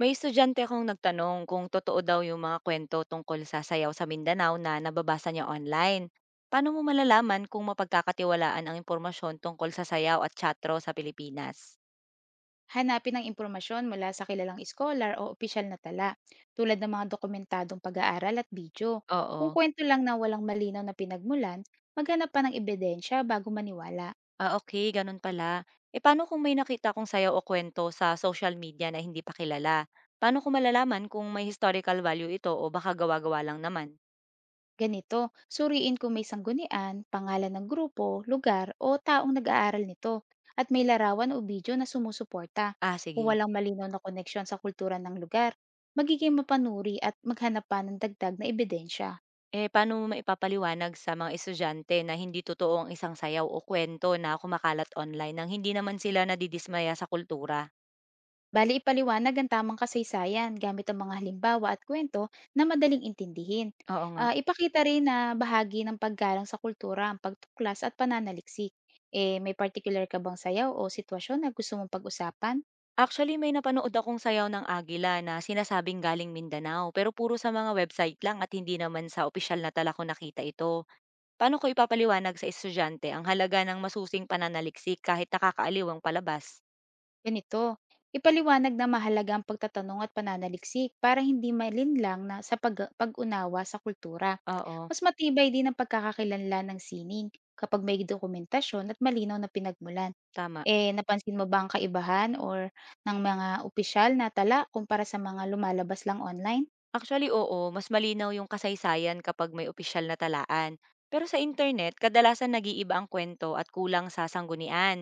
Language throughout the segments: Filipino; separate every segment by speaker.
Speaker 1: May estudyante akong nagtanong kung totoo daw yung mga kwento tungkol sa sayaw sa Mindanao na nababasa niya online. Paano mo malalaman kung mapagkakatiwalaan ang impormasyon tungkol sa sayaw at chatro sa Pilipinas?
Speaker 2: Hanapin ang impormasyon mula sa kilalang iskolar o opisyal na tala, tulad ng mga dokumentadong pag-aaral at video. Kung
Speaker 1: Oo.
Speaker 2: kwento lang na walang malinaw na pinagmulan, maghanap pa ng ebidensya bago maniwala.
Speaker 1: Ah, okay, ganun pala. E paano kung may nakita kong sayaw o kwento sa social media na hindi pa kilala? Paano ko malalaman kung may historical value ito o baka gawa-gawa lang naman?
Speaker 2: Ganito, suriin kung may sanggunian, pangalan ng grupo, lugar o taong nag-aaral nito, at may larawan o video na sumusuporta.
Speaker 1: Ah,
Speaker 2: Kung
Speaker 1: sige.
Speaker 2: walang malinaw na koneksyon sa kultura ng lugar, magiging mapanuri at maghanap pa ng dagdag na ebidensya.
Speaker 1: Eh, paano mo maipapaliwanag sa mga estudyante na hindi totoo ang isang sayaw o kwento na kumakalat online nang hindi naman sila nadidismaya sa kultura?
Speaker 2: Bali ipaliwanag ang tamang kasaysayan gamit ang mga halimbawa at kwento na madaling intindihin.
Speaker 1: Oo nga.
Speaker 2: Ah, ipakita rin na bahagi ng paggalang sa kultura ang pagtuklas at pananaliksik. Eh, may particular ka bang sayaw o sitwasyon na gusto mong pag-usapan?
Speaker 1: Actually, may napanood akong sayaw ng Agila na sinasabing galing Mindanao pero puro sa mga website lang at hindi naman sa opisyal na tala ko nakita ito. Paano ko ipapaliwanag sa estudyante ang halaga ng masusing pananaliksik kahit nakakaaliw ang palabas?
Speaker 2: Ganito, ipaliwanag na mahalaga ang pagtatanong at pananaliksik para hindi malinlang na sa pag-unawa sa kultura.
Speaker 1: Oo,
Speaker 2: Mas matibay din ang pagkakakilanlan ng sining kapag may dokumentasyon at malinaw na pinagmulan.
Speaker 1: tama.
Speaker 2: Eh, napansin mo ba ang kaibahan or ng mga opisyal na tala kumpara sa mga lumalabas lang online?
Speaker 1: Actually, oo, mas malinaw yung kasaysayan kapag may opisyal na talaan. Pero sa internet, kadalasan nag-iiba ang kwento at kulang sa sanggunian.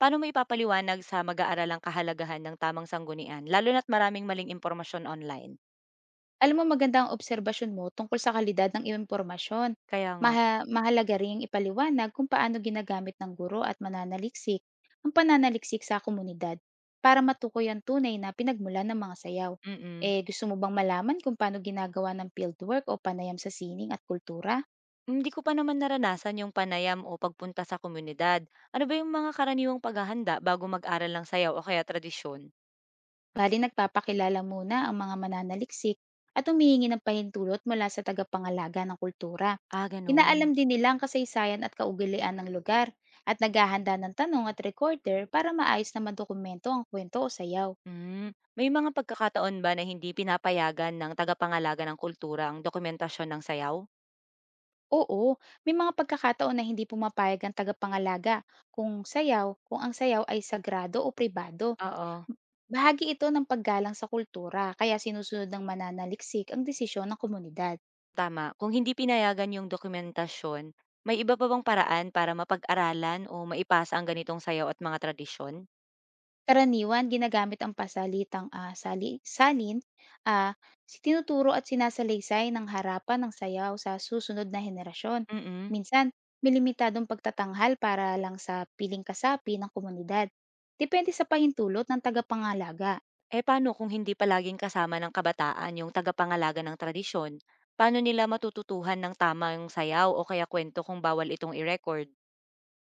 Speaker 1: Paano mo ipapaliwanag sa mag-aaralang kahalagahan ng tamang sanggunian, lalo na't maraming maling impormasyon online?
Speaker 2: Alam mo maganda ang obserbasyon mo tungkol sa kalidad ng iyong impormasyon.
Speaker 1: Kaya nga.
Speaker 2: Mahalaga ring ipaliwanag kung paano ginagamit ng guro at mananaliksik ang pananaliksik sa komunidad para matukoy ang tunay na pinagmulan ng mga sayaw.
Speaker 1: mm
Speaker 2: Eh, gusto mo bang malaman kung paano ginagawa ng fieldwork o panayam sa sining at kultura?
Speaker 1: Hindi ko pa naman naranasan yung panayam o pagpunta sa komunidad. Ano ba yung mga karaniwang paghahanda bago mag-aral ng sayaw o kaya tradisyon?
Speaker 2: Bali, nagpapakilala muna ang mga mananaliksik at humihingi ng pahintulot mula sa tagapangalaga ng kultura.
Speaker 1: Ah, ganun.
Speaker 2: Inaalam din nila ang kasaysayan at kaugalian ng lugar at naghahanda ng tanong at recorder para maayos na madokumento ang kwento o sayaw.
Speaker 1: Hmm, may mga pagkakataon ba na hindi pinapayagan ng tagapangalaga ng kultura ang dokumentasyon ng sayaw?
Speaker 2: Oo, may mga pagkakataon na hindi pumapayag ang tagapangalaga kung ang sayaw ay sagrado o pribado.
Speaker 1: Oo.
Speaker 2: Bahagi ito ng paggalang sa kultura, kaya sinusunod ng mananaliksik ang desisyon ng komunidad.
Speaker 1: Tama, kung hindi pinayagan yung dokumentasyon, may iba pa bang paraan para mapag-aralan o maipasa ang ganitong sayaw at mga tradisyon?
Speaker 2: Karaniwan ginagamit ang pasalitang, sali salin, ah, si tinuturo at sinasalaysay ng harapan ng sayaw sa susunod na henerasyon.
Speaker 1: Mm-mm.
Speaker 2: Minsan, may limitadong pagtatanghal para lang sa piling kasapi ng komunidad. Depende sa pahintulot ng tagapangalaga.
Speaker 1: Eh paano kung hindi palaging kasama ng kabataan yung tagapangalaga ng tradisyon? Paano nila matututuhan ng tama yung sayaw o kaya kwento kung bawal itong i-record?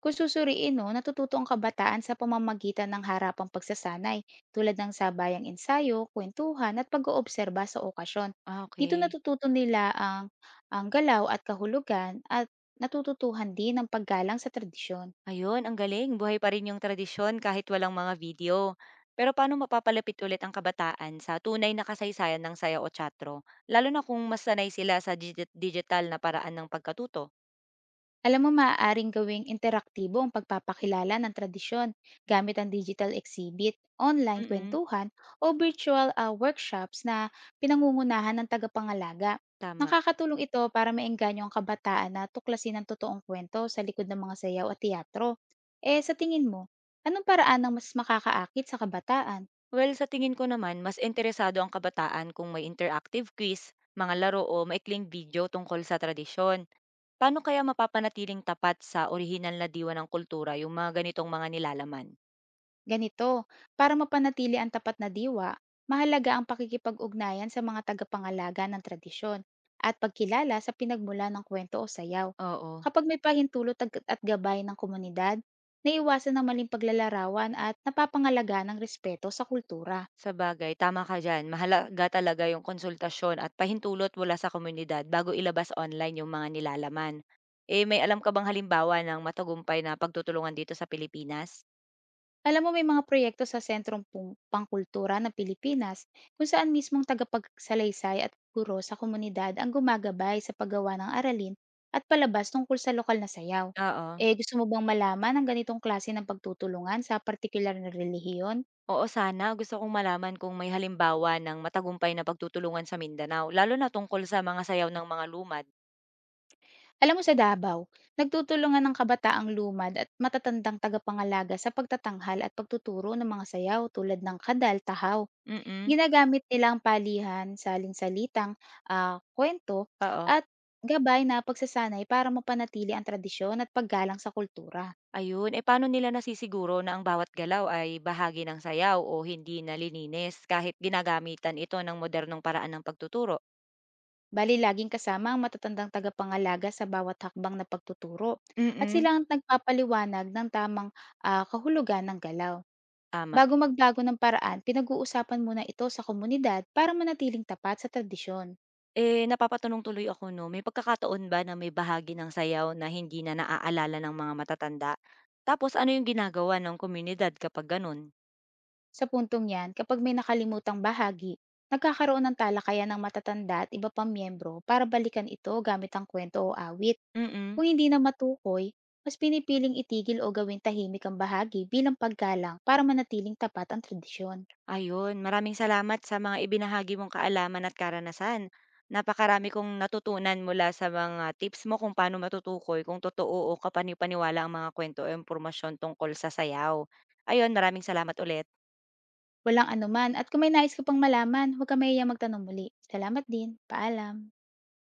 Speaker 2: Kung susuriin 'no, natututo ang kabataan sa pamamagitan ng harapang pagsasanay tulad ng sabayang ensayo, kwentuhan at pag-oobserba sa okasyon.
Speaker 1: Ah,
Speaker 2: Dito
Speaker 1: okay.
Speaker 2: natututo nila ang galaw at kahulugan at natututuhan din ang paggalang sa tradisyon.
Speaker 1: Ayun, ang galing. Buhay pa rin yung tradisyon kahit walang mga video. Pero paano mapapalapit ulit ang kabataan sa tunay na kasaysayan ng saya o tsatro? Lalo na kung mas sanay sila sa digital na paraan ng pagkatuto.
Speaker 2: Alam mo, maaaring gawing interaktibo ang pagpapakilala ng tradisyon gamit ang digital exhibit, online
Speaker 1: Mm.
Speaker 2: kwentuhan, o virtual workshops na pinangungunahan ng tagapangalaga.
Speaker 1: Tama.
Speaker 2: Nakakatulong ito para maengganyo ang kabataan na tuklasin ang totoong kwento sa likod ng mga sayaw at teatro. Eh, sa tingin mo, anong paraan ang mas makakaakit sa kabataan?
Speaker 1: Well, sa tingin ko naman, mas interesado ang kabataan kung may interactive quiz, mga laro o maikling video tungkol sa tradisyon. Paano kaya mapapanatiling tapat sa orihinal na diwa ng kultura yung mga ganitong mga nilalaman?
Speaker 2: Ganito, para mapanatili ang tapat na diwa, mahalaga ang pakikipag-ugnayan sa mga tagapangalaga ng tradisyon at pagkilala sa pinagmula ng kwento o sayaw.
Speaker 1: Oo.
Speaker 2: Kapag may at gabay ng komunidad, naiwasan ang maling paglalarawan at napapangalaga ng respeto sa kultura.
Speaker 1: Sabagay, tama ka diyan. Mahalaga talaga yung konsultasyon at pahintulot mula sa komunidad bago ilabas online yung mga nilalaman. Eh, may alam ka bang halimbawa ng matagumpay na pagtutulungan dito sa Pilipinas?
Speaker 2: Alam mo may mga proyekto sa Pangkultura ng Pilipinas kung saan mismong tagapagsalaysay at guro sa komunidad ang gumagabay sa paggawa ng aralin at palabas tungkol sa lokal na sayaw.
Speaker 1: Oo.
Speaker 2: Eh gusto mo bang malaman ang ganitong klase ng pagtutulungan sa partikular na relihiyon?
Speaker 1: Oo, sana. Gusto kong malaman kung may halimbawa ng matagumpay na pagtutulungan sa Mindanao, lalo na tungkol sa mga sayaw ng mga lumad.
Speaker 2: Alam mo sa Davao, nagtutulungan ng kabataang lumad at matatandang tagapangalaga sa pagtatanghal at pagtuturo ng mga sayaw tulad ng kadal, tahaw.
Speaker 1: Mm,
Speaker 2: Ginagamit nilang palihan, saling-salitang, kuwento
Speaker 1: oo.
Speaker 2: at gabay na pagsasanay para mapanatili ang tradisyon at paggalang sa kultura.
Speaker 1: Ayun, eh paano nila nasisiguro na ang bawat galaw ay bahagi ng sayaw o hindi nalilinis kahit ginagamitan ito ng modernong paraan ng pagtuturo?
Speaker 2: Bali laging kasama ang matatandang tagapangalaga sa bawat hakbang na pagtuturo at
Speaker 1: Mm.
Speaker 2: sila ang nagpapaliwanag ng tamang, kahulugan ng galaw.
Speaker 1: Tama.
Speaker 2: Bago magbago ng paraan, pinag-uusapan muna ito sa komunidad para manatiling tapat sa tradisyon.
Speaker 1: Eh, napapatanong tuloy ako 'no, may pagkakataon ba na may bahagi ng sayaw na hindi na naaalala ng mga matatanda? Tapos ano yung ginagawa ng komunidad kapag gano'n?
Speaker 2: Sa puntong 'yan, kapag may nakalimutang bahagi, nagkakaroon ng talakayan ng matatanda at iba pang miyembro para balikan ito gamit ang kwento o awit.
Speaker 1: Mm, mm.
Speaker 2: Kung hindi na matukoy, mas pinipiling itigil o gawing tahimik ang bahagi bilang paggalang para manatiling tapat ang tradisyon.
Speaker 1: Ayun, maraming salamat sa mga ibinahagi mong kaalaman at karanasan. Napakarami kong natutunan mula sa mga tips mo kung paano matutukoy kung totoo o kapani-paniwala ang mga kwento o impormasyon tungkol sa sayaw. Ayun, maraming salamat ulit.
Speaker 2: Walang anuman at kung may nais ka pang malaman, huwag ka mahiyang magtanong muli. Salamat din. Paalam.